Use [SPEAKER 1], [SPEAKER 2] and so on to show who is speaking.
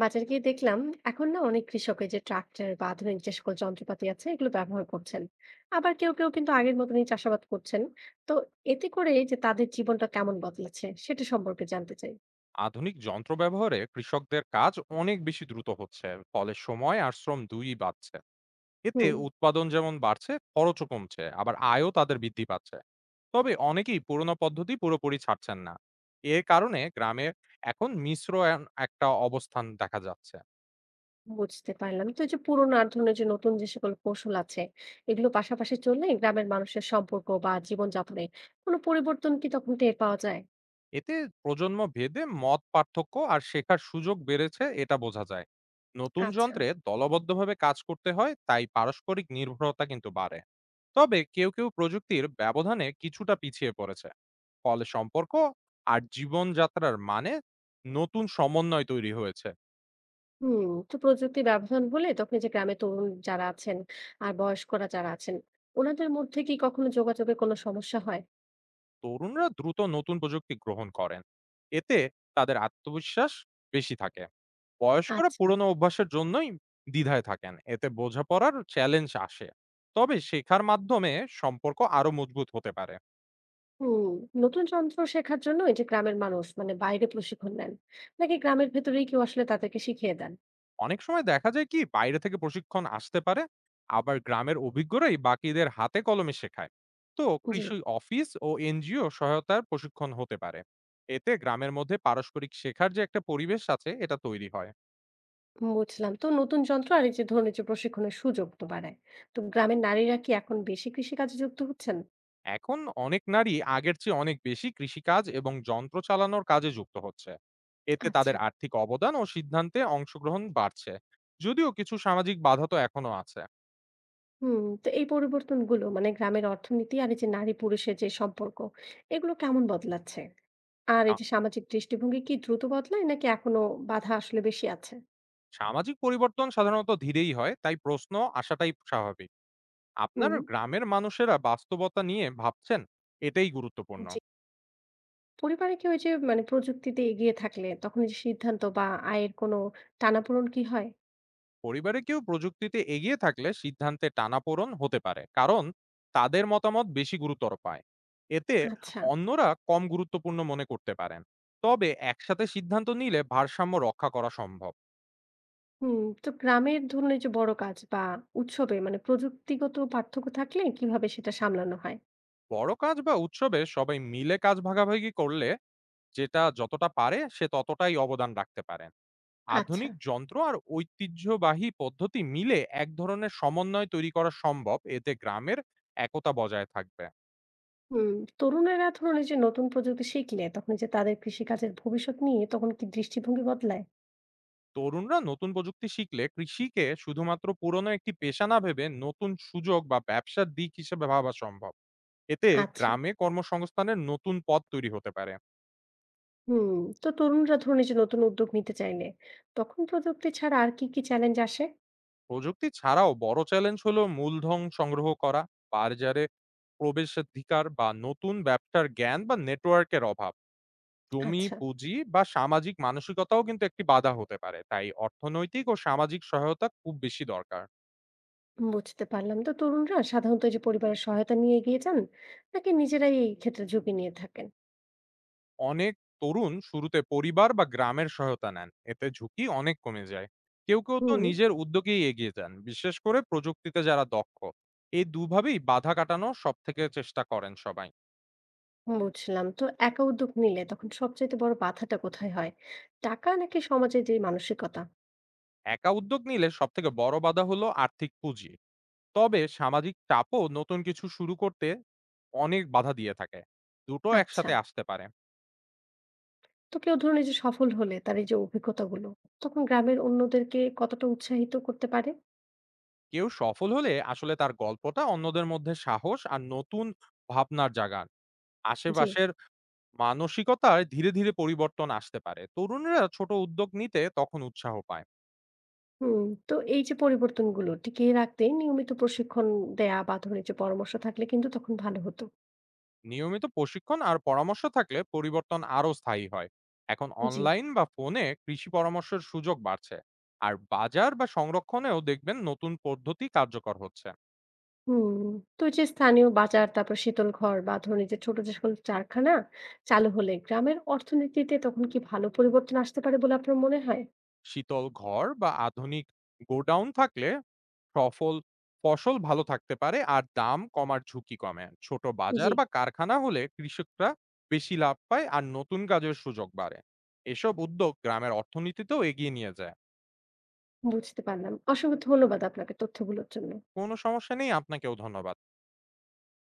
[SPEAKER 1] বাজারে গিয়ে দেখলাম এখন না অনেক কৃষক এই যে ট্রাক্টর বা আধুনিক যে সকল যন্ত্রপাতি আছে এগুলো ব্যবহার করছেন। আবার কেউ কেউ কিন্তু আগের মতনই চাষাবাদ করছেন। তো এতে করে যে তাদের জীবনটা কেমন বদলেছে সেটা সম্পর্কে জানতে চাই।
[SPEAKER 2] আধুনিক যন্ত্র ব্যবহারে কৃষকদের কাজ অনেক বেশি দ্রুত হচ্ছে, ফলে সময় আর শ্রম দুইই বাড়ছে। এতে
[SPEAKER 1] হুম।
[SPEAKER 2] উৎপাদন যেমন বাড়ছে, খরচও কমছে, আবার আয়ও তাদের বৃদ্ধি পাচ্ছে। তবে অনেকেই পুরনো পদ্ধতি পুরোপুরি ছাড়ছেন না। এর কারণে গ্রামে এখন মিশ্র একটা অবস্থান দেখা যাচ্ছে।
[SPEAKER 1] বুঝতে পারলাম। তো এই যে পুরোনো আর ধরনের যে নতুন যে সকল কৌশল আছে এগুলো পাশাপাশি চললে গ্রামের মানুষের সম্পর্ক বা জীবনযাপনে কোনো পরিবর্তন কি তখন টের পাওয়া যায়?
[SPEAKER 2] এতে প্রজন্ম ভেদে মত পার্থক্য আর শেখার সুযোগ বেড়েছে, এটা বোঝা যায়। নতুন
[SPEAKER 1] আচ্ছা।
[SPEAKER 2] যন্ত্রে দলবদ্ধভাবে কাজ করতে হয়, তাই পারস্পরিক নির্ভরতা কিন্তু বাড়ে। তবে কেউ কেউ প্রযুক্তির ব্যবধানে কিছুটা পিছিয়ে পড়েছে, ফলে সম্পর্ক আর জীবনযাত্রার মানে নতুন সমন্বয় তৈরি হয়েছে।
[SPEAKER 1] হুম, তো প্রযুক্তি ব্যবধান হলে তখন এই যে গ্রামে তরুণ যারা আছেন আর বয়স্করা যারা আছেন ওনাদের মধ্যে কি কখনো যোগাযোগের কোনো সমস্যা হয়?
[SPEAKER 2] তরুণরা দ্রুত নতুন প্রযুক্তি গ্রহণ করেন, এতে তাদের আত্মবিশ্বাস বেশি থাকে। বয়স্করা
[SPEAKER 1] আচ্ছা।
[SPEAKER 2] পুরনো অভ্যাসের জন্যই দ্বিধায় থাকেন, এতে বোঝাপড়ার চ্যালেঞ্জ আসে। তবে শেখার মাধ্যমে সম্পর্ক আরো মজবুত হতে পারে।
[SPEAKER 1] হুম। নতুন যন্ত্র শেখার জন্য এই যে গ্রামের মানুষ মানে বাইরে প্রশিক্ষণ নেন নাকি গ্রামের ভেতরেই কেউ আসলে তাদেরকে শিখিয়ে দেন?
[SPEAKER 2] অনেক সময় দেখা যায় কি, বাইরে থেকে প্রশিক্ষণ আসতে পারে, আবার গ্রামের অভিজ্ঞরাই বাকিদের হাতে কলমে শেখায়। তো
[SPEAKER 1] জি।
[SPEAKER 2] কৃষি অফিস ও এনজিও সহায়তার প্রশিক্ষণ হতে পারে। এতে গ্রামের মধ্যে পারস্পরিক শেখার যে একটা পরিবেশ আছে, এটা তৈরি হয়।
[SPEAKER 1] বুঝলাম। তো নতুন যন্ত্র আর এই যে ধরনের যে প্রশিক্ষণের সুযোগ তো বাড়ায়। তো গ্রামের নারীরা কি এখন বেশি কৃষিকাজে যুক্ত হচ্ছেন?
[SPEAKER 2] এখন অনেক নারী আগের চেয়ে অনেক বেশি কৃষিকাজ এবং যন্ত্র চালানোর কাজে যুক্ত হচ্ছে। এতে তাদের
[SPEAKER 1] আচ্ছা।
[SPEAKER 2] আর্থিক অবদান ও সিদ্ধান্তে অংশগ্রহণ বাড়ছে। যদিও কিছু সামাজিক বাধা তো এখনো আছে।
[SPEAKER 1] হুম, তো এই পরিবর্তনগুলো মানে গ্রামের অর্থনীতি আর এই যে নারী পুরুষের যে সম্পর্ক এগুলো কেমন বদলাচ্ছে? আর এই
[SPEAKER 2] আ-
[SPEAKER 1] যে সামাজিক দৃষ্টিভঙ্গি কি দ্রুত বদলায় নাকি এখনো বাধা আসলে বেশি আছে?
[SPEAKER 2] সামাজিক পরিবর্তন সাধারণত ধীরেই হয়, তাই প্রশ্ন আসাটাই স্বাভাবিক। আপনার
[SPEAKER 1] হুম।
[SPEAKER 2] গ্রামের মানুষেরা বাস্তবতা নিয়ে ভাবছেন, এটাই গুরুত্বপূর্ণ।
[SPEAKER 1] জি, পরিবারে কেউ এই যে মানে প্রযুক্তিতে এগিয়ে থাকলে তখন এই যে সিদ্ধান্ত বা আয়ের কোনো টানাপোড়েন কি হয়?
[SPEAKER 2] পরিবারে কেউ প্রযুক্তিতে এগিয়ে থাকলে সিদ্ধান্তে টানাপোড়ন হতে পারে, কারণ তাদের মতামত বেশি গুরুতর পায়। এতে
[SPEAKER 1] আচ্ছা।
[SPEAKER 2] অন্যরা কম গুরুত্বপূর্ণ মনে করতে পারেন। তবে একসাথে সিদ্ধান্ত নিলে ভারসাম্য রক্ষা করা সম্ভব।
[SPEAKER 1] হুম, তো গ্রামের ধরুন এই যে বড় কাজ বা উৎসবে মানে প্রযুক্তিগত পার্থক্য থাকলে কিভাবে সেটা সামলানো হয়?
[SPEAKER 2] বড় কাজ বা উৎসবে সবাই মিলে কাজ ভাগাভাগি করলে, যেটা যতটা পারে সে ততটাই অবদান রাখতে পারেন।
[SPEAKER 1] আচ্ছা।
[SPEAKER 2] আধুনিক যন্ত্র আর ঐতিহ্যবাহী পদ্ধতি মিলে এক ধরনের সমন্বয় তৈরি করা সম্ভব, এতে গ্রামের একতা বজায় থাকবে।
[SPEAKER 1] হুম। তরুণেরা ধরুন এই যে নতুন প্রযুক্তি শিখলে তখন এই যে তাদের কৃষিকাজের ভবিষ্যৎ নিয়ে তখন কি দৃষ্টিভঙ্গি বদলায়?
[SPEAKER 2] তরুণরা নতুন প্রযুক্তি শিখলে কৃষিকে শুধুমাত্র পুরনো একটি পেশা না ভেবে নতুন সুযোগ বা ব্যবসার দিক হিসেবে ভাবা সম্ভব। এতে
[SPEAKER 1] আচ্ছা।
[SPEAKER 2] গ্রামে কর্মসংস্থানের নতুন পথ তৈরি হতে পারে।
[SPEAKER 1] হুম, তো তরুণরা ধরুন এই যে নতুন উদ্যোগ নিতে চাইলে তখন প্রযুক্তি ছাড়া আর কি কি চ্যালেঞ্জ আসে?
[SPEAKER 2] প্রযুক্তি ছাড়াও বড় চ্যালেঞ্জ হলো মূলধন সংগ্রহ করা, বাজারে প্রবেশাধিকার বা নতুন ব্যবসার জ্ঞান বা নেটওয়ার্কের অভাব। জমি,
[SPEAKER 1] আচ্ছা।
[SPEAKER 2] পুঁজি বা সামাজিক মানসিকতাও কিন্তু একটি বাধা হতে পারে, তাই অর্থনৈতিক ও সামাজিক সহায়তা খুব বেশি দরকার।
[SPEAKER 1] বুঝতে পারলাম। তো তরুণরা সাধারণত এই যে পরিবারের সহায়তা নিয়ে এগিয়ে যান নাকি নিজেরাই এই ক্ষেত্রে ঝুঁকি নিয়ে থাকেন?
[SPEAKER 2] অনেক তরুণ শুরুতে পরিবার বা গ্রামের সহায়তা নেন, এতে ঝুঁকি অনেক কমে যায়। কেউ কেউ তো
[SPEAKER 1] হুম।
[SPEAKER 2] নিজের উদ্যোগেই এগিয়ে যান, বিশেষ করে প্রযুক্তিতে যারা দক্ষ। এই দুভাবেই বাধা কাটানো সব থেকে চেষ্টা করেন সবাই।
[SPEAKER 1] বুঝলাম। তো একা উদ্যোগ নিলে তখন সবচেয়ে বড় বাধাটা কোথায় হয়, টাকা নাকি সমাজের যে মানসিকতা?
[SPEAKER 2] একা উদ্যোগ নিলে সব থেকে বড় বাধা হলো আর্থিক পুঁজি। তবে সামাজিক চাপও নতুন কিছু শুরু করতে অনেক বাধা দিয়ে থাকে। দুটো
[SPEAKER 1] আচ্ছা,
[SPEAKER 2] একসাথে আসতে পারে।
[SPEAKER 1] তো কেউ ধরুন এই যে সফল হলে তার এই যে অভিজ্ঞতাগুলো তখন গ্রামের অন্যদেরকে কতটা উৎসাহিত করতে পারে?
[SPEAKER 2] কেউ সফল হলে আসলে তার গল্পটা অন্যদের মধ্যে সাহস আর নতুন ভাবনার জাগান।
[SPEAKER 1] জি।
[SPEAKER 2] আশেপাশের মানসিকতায় ধীরে ধীরে পরিবর্তন আসতে পারে, তরুণরা ছোট উদ্যোগ নিতে তখন উৎসাহ পায়।
[SPEAKER 1] হুম, তো এই যে পরিবর্তনগুলো টিকিয়ে রাখতে নিয়মিত প্রশিক্ষণ দেয়া বা ধরুন এই যে পরামর্শ থাকলে কিন্তু তখন ভালো হতো।
[SPEAKER 2] নিয়মিত প্রশিক্ষণ আর পরামর্শ থাকলে পরিবর্তন আরও স্থায়ী হয়। এখন
[SPEAKER 1] জি।
[SPEAKER 2] অনলাইন বা ফোনে কৃষি পরামর্শের সুযোগ বাড়ছে। আর বাজার বা সংরক্ষণেও দেখবেন নতুন পদ্ধতি কার্যকর হচ্ছে।
[SPEAKER 1] হুম, তো এই যে স্থানীয় বাজার তারপর শীতল ঘর বা ধরুন এই যে ছোট যে সকল কারখানা চালু হলে গ্রামের অর্থনীতিতে তখন কি ভালো পরিবর্তন আসতে পারে বলে আপনার মনে হয়?
[SPEAKER 2] শীতল ঘর বা আধুনিক গোডাউন থাকলে সফল ফসল ভালো থাকতে পারে আর দাম কমার ঝুঁকি কমে। ছোট
[SPEAKER 1] জি,
[SPEAKER 2] বাজার বা কারখানা হলে কৃষকরা বেশি লাভ পায় আর নতুন কাজের সুযোগ বাড়ে। এসব উদ্যোগ গ্রামের অর্থনীতিতেও এগিয়ে নিয়ে যায়।
[SPEAKER 1] বুঝতে পারলাম। অসংখ্য ধন্যবাদ আপনাকে তথ্যগুলোর জন্য।
[SPEAKER 2] কোনো সমস্যা নেই, আপনাকেও ধন্যবাদ।